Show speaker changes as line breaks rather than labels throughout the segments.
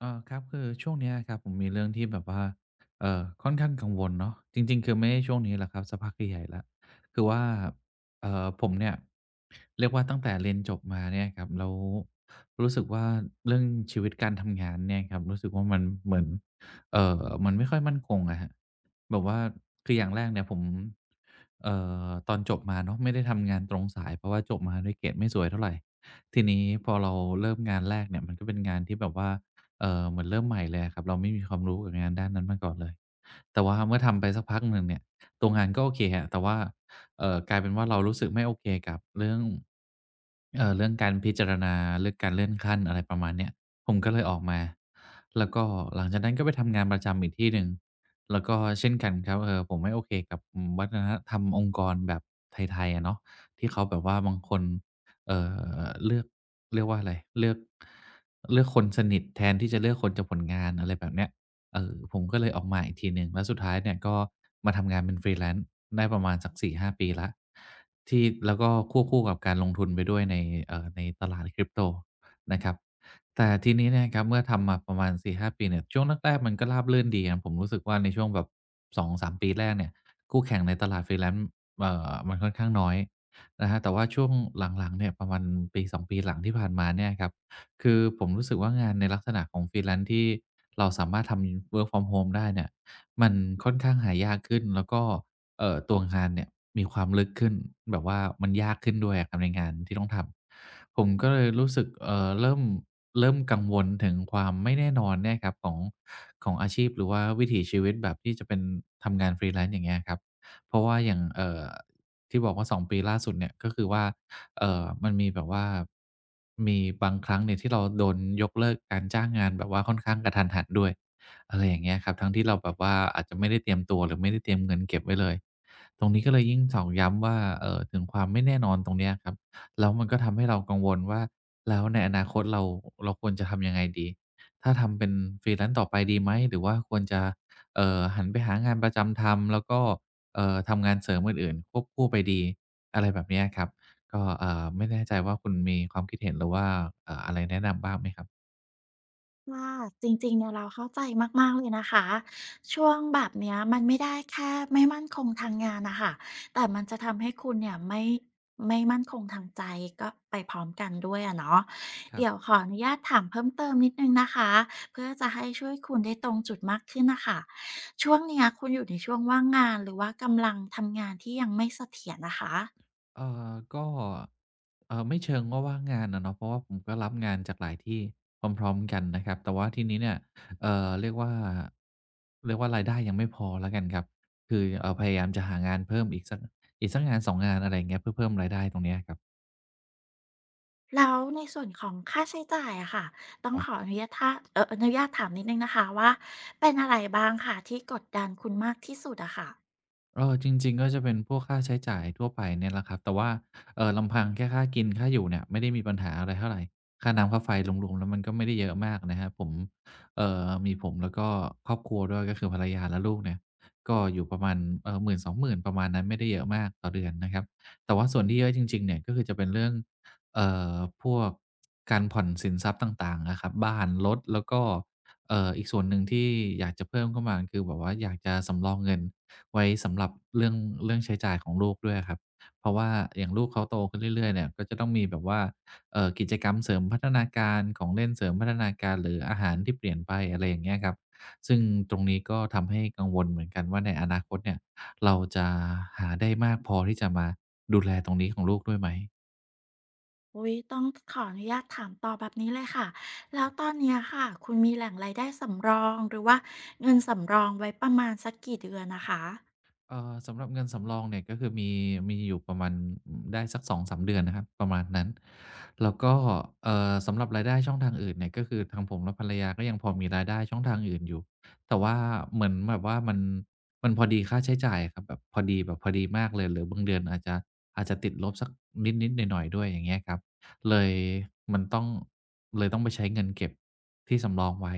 เออครับคือช่วงเนี้ยครับผมมีเรื่องที่แบบว่าค่อนข้างกังวลเนาะจริงๆคือไม่ใช่ช่วงนี้แหละครับสักพักใหญ่ๆละคือว่าผมเนี่ยเรียกว่าตั้งแต่เรียนจบมาเนี่ยครับแล้วรู้สึกว่าเรื่องชีวิตการทำงานเนี่ยครับรู้สึกว่ามันเหมือนมันไม่ค่อยมั่นคงอะฮะแบบว่าคืออย่างแรกเนี่ยผมเอ่ตอนจบมาเนาะไม่ได้ทำงานตรงสายเพราะว่าจบมาด้วยเกรดไม่สวยเท่าไหรทีนี้พอเราเริ่มงานแรกเนี่ยมันก็เป็นงานที่แบบว่า เหมือนเริ่มใหม่เลยอะครับเราไม่มีความรู้กับงานด้านนั้นมาก่อนเลยแต่ว่าเมื่อทำไปสักพักหนึ่งเนี่ยตัวงานก็โอเคครับแต่ว่ากลายเป็นว่าเรารู้สึกไม่โอเคกับเรื่องเรื่องการพิจารณาเรื่องการเลื่อนขั้นอะไรประมาณเนี้ยผมก็เลยออกมาแล้วก็หลังจากนั้นก็ไปทำงานประจำอีกที่หนึ่งแล้วก็เช่นกันครับผมไม่โอเคกับวัฒนธรรมองค์กรแบบไทยๆอะเนาะที่เขาแบบว่าบางคน เอ่เลือกเรียกว่าอะไรเลือกเลือกคนสนิทแทนที่จะเลือกคนจากผลงานอะไรแบบเนี้ยผมก็เลยออกมาอีกทีหนึ่งแล้วสุดท้ายเนี่ยก็มาทำงานเป็น Freelance ได้ประมาณสัก4-5ปีแล้วที่แล้วก็ควบคู่กับการลงทุนไปด้วยในในตลาด Crypto นะครับแต่ทีนี้เนี่ยครับเมื่อทำมาประมาณ4-5ปีเนี่ยช่วงแรกๆมันก็ราบรื่นดีครับผมรู้สึกว่าในช่วงแบบ2-3ปีแรกเนี่ยคู่แข่งในตลาด Freelance มันค่อนข้างน้อย นะฮะแต่ว่าช่วงหลังๆเนี่ยประมาณปี2ปีหลังที่ผ่านมาเนี่ยครับคือผมรู้สึกว่างานในลักษณะของ Freelance ที่เราสามารถทำ Work from Home ได้เนี่ยมันค่อนข้างหายากขึ้นแล้วก็ตัวงานเนี่ยมีความลึกขึ้นแบบว่ามันยากขึ้นด้วยอะครับในงานที่ต้องทำผมก็เลยรู้สึกเริ่มกังวลถึงความไม่แน่นอนเนี่ยครับของของอาชีพหรือว่าวิถีชีวิตแบบที่จะเป็นทำงาน Freelance อย่างเงี้ยครับเพราะว่าอย่างที่บอกว่า2ปีล่าสุดเนี่ยก็คือว่ามันมีแบบว่ามีบางครั้งเนี่ยที่เราโดนยกเลิกการจ้างงานแบบว่าค่อนข้างกะทันหันด้วยอะไรอย่างเงี้ยครับทั้งที่เราแบบว่าอาจจะไม่ได้เตรียมตัวหรือไม่ได้เตรียมเงินเก็บไว้เลยตรงนี้ก็เลยยิ่งตอกย้ำว่าถึงความไม่แน่นอนตรงเนี้ยครับแล้วมันก็ทำให้เรากังวลว่าแล้วในอนาคตเราควรจะทำยังไงดีถ้าทำเป็น Freelance ต่อไปดีไหมหรือว่าควรจะหันไปหางานประจำทำแล้วก็ ทำงานเสริมอื่นๆควบคู่ไปดีอะไรแบบเนี้ยครับก็ไม่แน่ใจว่าคุณมีความคิดเห็นหรือว่าอะไรแนะนำบ้างไหมครับ
ค่ะจริงๆเนี่ยเราเข้าใจมากๆเลยนะคะช่วงแบบเนี้ยมันไม่ได้แค่ไม่มั่นคงทางงานนะคะแต่มันจะทำให้คุณเนี่ยไม่มั่นคงทางใจก็ไปพร้อมกันด้วยอะเนาะ
ครั
เดี๋ยว
บ
ขออนุญาตถามเพิ่มเติมนิดนึงนะคะเพื่อจะให้ช่วยคุณได้ตรงจุดมากขึ้นนะคะช่วงเนี้ยคุณอยู่ในช่วงว่างงานหรือว่ากำลังทำงานที่ยังไม่เสถียรนะคะ
ก็ไม่เชิงว่าว่างงานอะเนาะเพราะว่าผมก็รับงานจากหลายที่พร้อมๆกันนะครับแต่ว่าทีนี้เนี่ยเรียกว่ารายได้ยังไม่พอแล้วกันครับคือพยายามจะหางานเพิ่มอีกสักงาน2งงานอะไรอย่างเงี้ยเพื่อเพิ่มรายได้ตรงเนี้ยครับ
แล้วในส่วนของค่าใช้จ่ายอะค่ะต้อ
ค
ง
รั
ขอ
บ
อนุญาตท่าเอ่ออนุญาตถามนิดหนึ่งนะคะว่าเป็นอะไรบ้างค่ะที่กดดันคุณมากที่สุดอะค่ะ
เออจริงๆก็จะเป็นพวกค่าใช้จ่ายทั่วไปเนี่ยแหละครับแต่ว่าลำพังแค่ค่ากินค่าอยู่เนี่ยไม่ได้มีปัญหาอะไรเท่าไรค่าน้ำค่าไฟรวมๆแล้วมันก็ไม่ได้เยอะมากนะครับผมมีผมแล้วก็ครอบครัวด้วยก็คือภรรยาและลูกเนี่ยก็อยู่ประมาณ10,000-20,000ประมาณนั้นไม่ได้เยอะมากต่อเดือนนะครับแต่ว่าส่วนที่เยอะจริงๆเนี่ยก็คือจะเป็นเรื่องเอ่อพวกการผ่อนสินทรัพย์ต่างๆอะครับบ้านรถแล้วก็ อีกส่วนหนึ่งที่อยากจะเพิ่มเข้ามาคือแบบว่าอยากจะสำรองเงินไว้สำหรับเรื่องเรื่องใช้จ่ายของลูกด้วยอะครับเพราะว่าอย่างลูกเขาโตขึ้นเรื่อยๆเนี่ยก็จะต้องมีแบบว่ากิจกรรมเสริมพัฒนาการของเล่นเสริมพัฒนาการหรืออาหารที่เปลี่ยนไปอะไรอย่างเงี้ยครับซึ่งตรงนี้ก็ทำให้กังวลเหมือนกันว่าในอนาคตเนี่ยเราจะหาได้มากพอที่จะมาดูแลตรงนี้ของลูกด้วยไหม
อุ๊ยต้องขออนุญาตถามต่อแบบนี้เลยค่ะแล้วตอนเนี้ยค่ะคุณมีแหล่งรายได้สำรองหรือว่าเงินสำรองไว้ประมาณสักกี่เดือนนะคะ
สำหรับเงินสำรองเนี่ยก็คือมีอยู่ประมาณได้สักสองสามเดือนนะครับประมาณนั้นแล้วก็สำหรับรายได้ช่องทางอื่นเนี่ยก็คือทางผมและภรรยาก็ยังพอมีรายได้ช่องทางอื่นอยู่แต่ว่าเหมือนแบบว่ามันพอดีค่าใช้จ่ายครับแบบพอดีแบบพอดีมากเลยหรือบางเดือนอาจจะติดลบสักนิดนิดหน่อยหน่อยๆด้วยอย่างเงี้ยครับเลยมันต้องเลยต้องไปใช้เงินเก็บที่สำรองไว้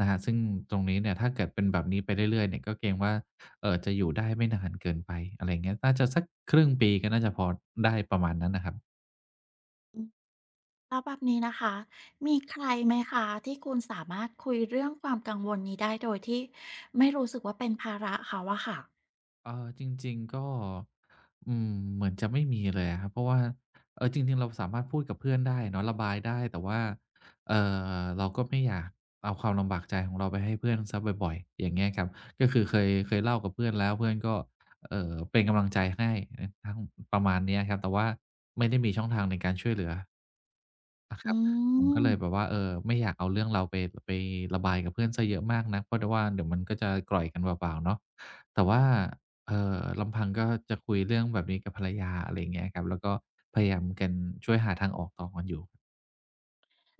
นะฮะซึ่งตรงนี้เนี่ยถ้าเกิดเป็นแบบนี้ไปเรื่อยๆเนี่ยก็เกรงว่า จะอยู่ได้ไม่นานเกินไปอะไรอย่างเงี้ยน่าจะสักครึ่งปีก็น่าจะพอได้ประมาณนั้นน่ะครับ
แล้วแบบนี้นะคะมีใครไหมคะที่คุณสามารถคุยเรื่องความกังวลนี้ได้โดยที่ไม่รู้สึกว่าเป็นภาระเขาอะค่ะ
จริงๆก็อืมเหมือนจะไม่มีเลยอะครับเพราะว่าเออจริงๆเราสามารถพูดกับเพื่อนได้เนาะระบายได้แต่ว่าเอ่เราก็ไม่อยากเอาความลำบากใจของเราไปให้เพื่อนเสียบ่อยๆอย่างเงี้ยครับก็คือเคยเล่ากับเพื่อนแล้วเพื่อนก็เป็นกำลังใจให้อทั้งประมาณเนี้ยครับแต่ว่าไม่ได้มีช่องทางในการช่วยเหลือ อะค
อื
รับผมก็
ม
เลยแบบว่าเออไม่อยากเอาเรื่องเราไประบายกับเพื่อนเสียเยอะมากนักเพราะดว่าเดี๋ยวมันก็จะกร่อยกันเปล่าๆเนาะแต่ว่าลำพังก็จะคุยเรื่องแบบนี้กับภรรยาอะไรอย่างเงี้ยครับแล้วก็พยายามกันช่วยหาทางออกต่อกันอยู่คร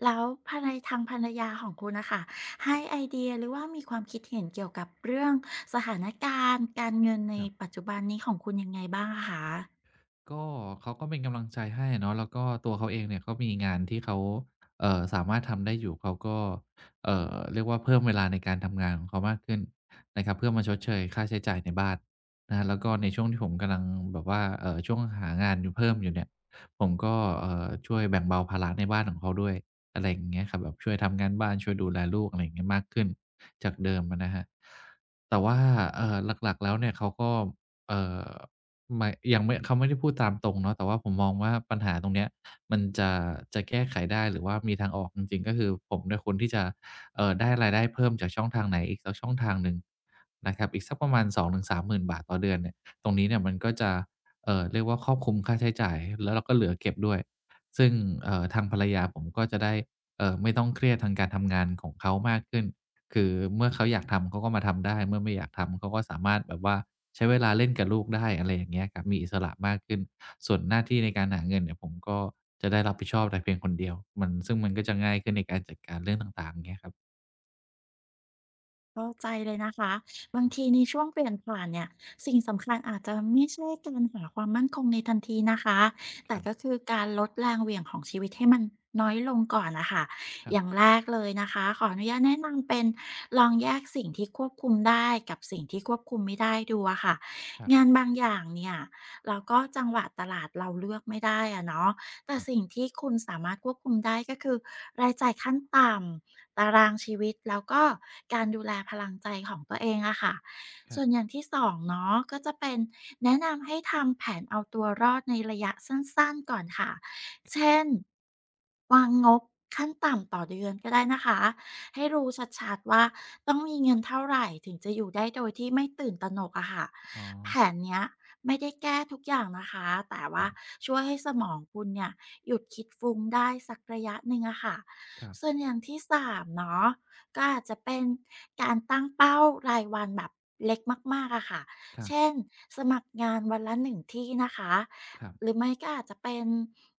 แล้วภรรยาของคุณนะค่ะให้ไอเดียหรือว่ามีความคิดเห็นเกี่ยวกับเรื่องสถานการณ์การเงินใน
ับ
ปัจจุบันนี้ของคุณยังไงบ้างอะคะ
ก็เขาก็เป็นกำลังใจให้เนาะแล้วก็ตัวเขาเองเนี่ยก็มีงานที่เขาสามารถทำได้อยู่เขาก็เรียกว่าเพิ่มเวลาในการทำงานของเขามากขึ้นนะครับเพื่อมาชดเชยค่าใช้จ่ายในบ้านนะครับแล้วก็ในช่วงที่ผมกำลังแบบว่าช่วงหางานอยู่เพิ่มอยู่เนี่ยผมก็ช่วยแบ่งเบาภาระในบ้านของเขาด้วยอะไรอย่างเงี้ยครับแบบช่วยทำงานบ้านช่วยดูแลลูกอะไรอย่างเงี้ยมากขึ้นจากเดิมอะนะครับแต่ว่าเอ่อหลักๆแล้วเนี่ยเขาก็เอ่อ หมายยังไม่เขาไม่ได้พูดตามตรงเนาะแต่ว่าผมมองว่าปัญหาตรงเนี้ยมันจะแก้ไขได้หรือว่ามีทางออกจริงๆก็คือผมเนี่ยควรที่จะได้รายได้เพิ่มจากช่องทางไหนอีกสักช่องทางหนึ่งนะครับอีกสักประมาณ2-30,000บาทต่อเดือนเนี่ยตรงนี้เนี่ยมันก็จะเรียกว่าครอบคลุมค่าใช้จ่ายแล้วเราก็เหลือเก็บด้วยซึ่งทางภรรยาผมก็จะได้ไม่ต้องเครียดทางการทำงานของเขามากขึ้นคือเมื่อเขาอยากทำเขาก็มาทำได้เมื่อไม่อยากทำเขาก็สามารถแบบว่า ใช้เวลาเล่นกับลูกได้อะไรอย่างเงี้ยครับมีอิสระมากขึ้นส่วนหน้าที่ในการหาเงินเนี่ยผมก็จะได้รับผิดชอบแต่เพียงคนเดียวซึ่งมันก็จะง่ายขึ้นในการจัดการเรื่องต่างๆเงี้ยครับ
เข้าใจเลยนะคะบางทีในช่วงเปลี่ยนผ่านเนี่ยสิ่งสำคัญอาจจะไม่ใช่การหาความมั่นคงในทันทีนะคะ
ค
แต่
รั
ก็
บ
คือการลดแรงเหวี่ยงของชีวิตให้มันน้อยลงก่อนนะคะ
ครั
อย่าง
บ
แรกเลยนะคะขออนุญาตแนะนำเป็นลองแยกสิ่งที่ควบคุมได้กับสิ่งที่ควบคุมไม่ได้ดูอะค่ะ
ครับ
งานบางอย่างเนี่ยเราก็จังหวะตลาดเราเลือกไม่ได้อะเนาะแต่
ครั
สิ่ง
บ
ที่คุณสามารถควบคุมได้ก็คือรายจ่ายขั้นต่ำ ตารางชีวิตแล้วก็การดูแลพลังใจของตัวเองอะค่ะ
ครั
ส่วน
บ
อย่างที่สองเนาะก็จะเป็นแนะนำให้ทำแผนเอาตัวรอดในระยะสั้นๆก่อนค่ะเช่นวางงบขั้นต่ำต่อเดือนก็ได้นะคะให้รู้ชัดๆว่าต้องมีเงินเท่าไหรถึงจะอยู่ได้โดยที่ไม่ตื่นตระหนกอะค่ะ
อ๋อ
แผนเนี้ยไม่ได้แก้ทุกอย่างนะคะแต่
ครั
ว่า
บ
ช่วยให้สมองคุณเนี่ยหยุดคิดฟุ้งได้สักระยะหนึ่งอะค่ะ
ครับ
ส่วนอย่างที่สามเนาะก็อาจจะเป็นการตั้งเป้ารายวันแบบเล็กมากๆอะค่ะ
ครับ
เช่นสมัครงานวันละหนึ่งที่นะคะ
ครั
หรื
บ
อไม่ก็อาจจะเป็น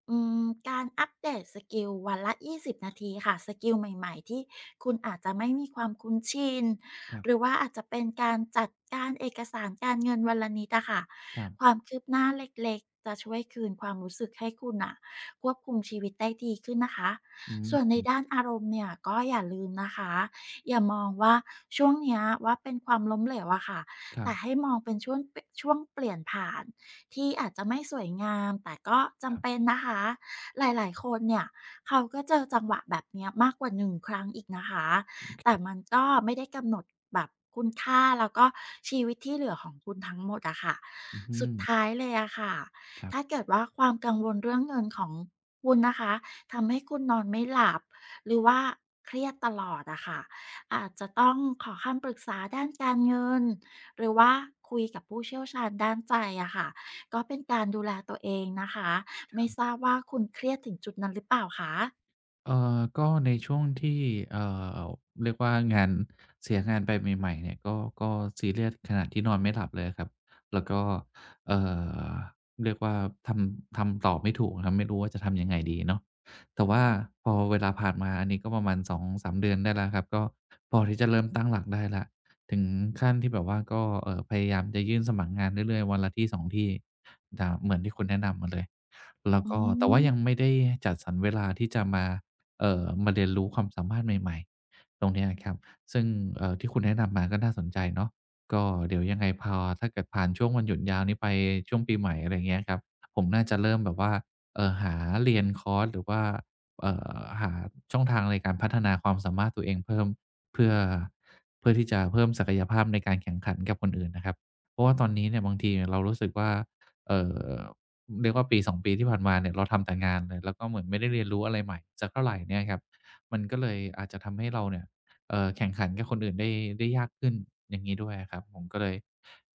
อืมการอัปเดตสกิลวันละ20 นาทีค่ะสกิลใหม่ๆที่คุณอาจจะไม่มีความคุ้นชิน
ครั
หรือ
บ
ว่าอาจจะเป็นการจัดการเอกสารการเงินวันละนิดอะค่ะ
ครับ
ความคืบหน้าเล็กๆจะช่วยคืนความรู้สึกให้คุณอ่ะควบคุมชีวิตได้ดีขึ้นนะคะ
อื
ส่วนในด้าน
ม
อารมณ์เนี่ยก็อย่าลืมนะคะอย่ามองว่าช่วงเนี้ยว่าเป็นความล้มเหลวอะค่ะ
ครั
แต่ให้
บ
มองเป็นช่วงเปลี่ยนผ่านที่อาจจะไม่สวยงามแต่ก็
ครั
จำ
บ
เป็นนะคะหลายๆคนเนี่ยเขาก็เจอจังหวะแบบเนี้ยมากกว่าหนึ่งครั้งอีกนะคะ
ค
แต่
รั
มั
บ
นก็ไม่ได้กำหนดแบบคุณค่าแล้วก็ชีวิตที่เหลือของคุณทั้งหมดอะค่ะ
อือฮึ
สุดท้ายเลยอะค่ะ
ครั
ถ้า
บ
เกิดว่าความกังวลเรื่องเงินของคุณนะคะ ทำให้คุณนอนไม่หลับหรือว่าเครียดตลอดอะค่ะอาจจะต้องขอคำปรึกษาด้านการเงินหรือว่าคุยกับผู้เชี่ยวชาญด้านใจอะค่ะก็เป็นการดูแลตัวเองนะคะ
ค
ไม่
รั
ท
บ
ราบว่าคุณเครียดถึงจุดนั้นหรือเปล่าคะ
ก็ในช่วงที่เอ่อเรียกว่างานเสียงานไปใหม่ๆเนี่ยก็ก็ซีเรียสขนาดที่นอนไม่หลับเลยอะครับ แล้วก็เอ่อเรียกว่าทำต่อไม่ถูกอะครับไม่รู้ว่าจะทำยังไงดีเนาะแต่ว่าพอเวลาผ่านมาอันนี้ก็ประมาณสองสามเดือนได้แล้วครับก็พอที่จะเริ่มตั้งหลักได้แล้วถึงขั้นที่แบบว่าก็พยายามจะยื่นสมัครงานเรื่อยๆวันละที่สองที่ดเหมือนที่คุณแนะนำมาเลยแล้ว
อื
ก็แต่ว่ายังไม่
ม
ได้จัดสรรเวลาที่จะมา มาเรียนรู้ความสามารถใหม่ๆตรงเนี้ยครับซึ่งที่คุณแนะนำมาก็น่าสนใจเนาะก็เดี๋ยวยังไงพอถ้าเกิดผ่านช่วงวันหยุดยาวนี้ไปช่วงปีใหม่อะไรอย่างเงี้ยครับผมน่าจะเริ่มแบบว่าหาเรียนคอร์สหรือว่าหาช่องทางในการพัฒนาความสามารถตัวเองเพิ่มเพื่อเพื่อที่จะเพิ่มศักยภาพในการแข่งขันกับคนอื่นนะครับเพราะว่าตอนนี้เนี่ยบางทีเรารู้สึกว่าเอ่อ เรียกว่าปีสองปีที่ผ่านมาเนี่ยเราทำแต่งานเลยแล้วก็เหมือนไม่ได้เรียนรู้อะไรใหม่สักเท่าไรเนี่ยครับมันก็เลยอาจจะทำให้เราเนี่ยแข่งขันกับคนอื่นได้ยากขึ้นอย่างงี้ด้วยอะครับผมก็เลย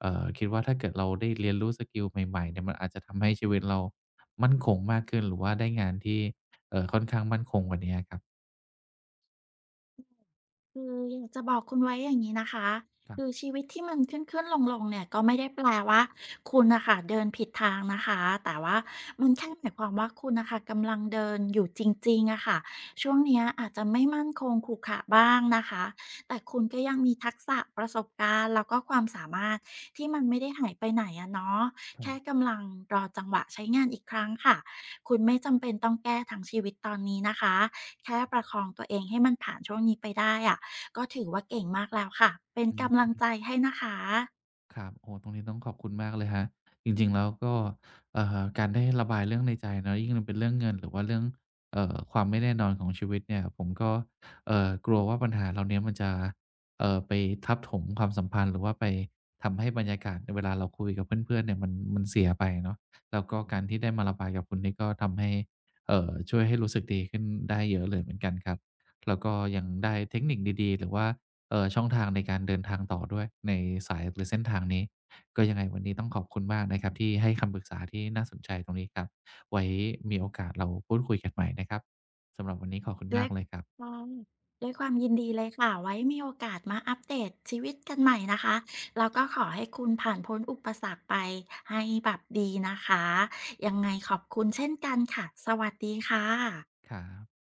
คิดว่าถ้าเกิดเราได้เรียนรู้สกิลใหม่ๆเนี่ยมันอาจจะทำให้ชีวิตเรามั่นคงมากขึ้นหรือว่าได้งานที่ค่อนข้างมั่นคงกว่าเนี้ยครับ
คืออยากจะบอกคุณไว้อย่างนี้นะคะคือ
ค
ชีวิตที่มันขึ้นๆลงๆเนี่ยก็ไม่ได้แปลว่าคุณนะคะเดินผิดทางนะคะแต่ว่ามันแค่หมายความว่าคุณนะคะกำลังเดินอยู่จริงๆอะค่ะช่วงเนี้ยอาจจะไม่มั่นคงขรุขระบ้างนะคะแต่คุณก็ยังมีทักษะประสบการณ์แล้วก็ความสามารถที่มันไม่ได้หายไปไหนอะเนาะ
รับ
แค่กำลังรอจังหวะใช้งานอีกครั้งค่ะคุณไม่จำเป็นต้องแก้ทั้งชีวิตตอนนี้นะคะแค่ประคองตัวเองให้มันผ่านช่วงนี้ไปได้อะ ก็ถือว่าเก่งมากแล้วค่ะ เป็น
ๆอื
กำลั
ม
งใจให้นะคะ
ครับโอ้ตรงนี้ต้องขอบคุณมากเลยครับจริงๆแล้วก็การได้ระบายเรื่องในใจเนาะยิ่งมันเป็นเรื่องเงินหรือว่าเรื่องความไม่แน่นอนของชีวิตเนี่ยผมก็กลัวว่าปัญหาเหล่าเนี้ยมันจะไปทับถมความสัมพันธ์หรือว่าไปทำให้บรรยากาศในเวลาเราคุยกับเพื่อนๆเนี่ยมันเสียไปเนาะแล้วก็การที่ได้มาระบายกับคุณนี่ก็ทำให้ช่วยให้รู้สึกดีขึ้นได้เยอะเลยเหมือนกันครับแล้วก็ยังได้เทคนิคดีๆหรือว่า ช่องทางในการเดินทางต่อด้วยในสายหรือเส้นทางนี้ก็ยังไงวันนี้ต้องขอบคุณมากนะครับที่ให้คำปรึกษาที่น่าสนใจตรงนี้ครับไว้มีโอกาสเราพูดคุยกันใหม่นะครับสำหรับวันนี้ขอบคุณ
ด้ว
มา
ย
กเลยครับ
ค่ะด้วยความยินดีเลยค่ะ ไว้มีโอกาสมาอัปเดตชีวิตกันใหม่นะคะ แล้วก็ขอให้คุณผ่านพ้นอุปสรรคไปให้แบบดีนะคะ ยังไงขอบคุณเช่นกันค่ะ สวัสดีค่ะ
ครับ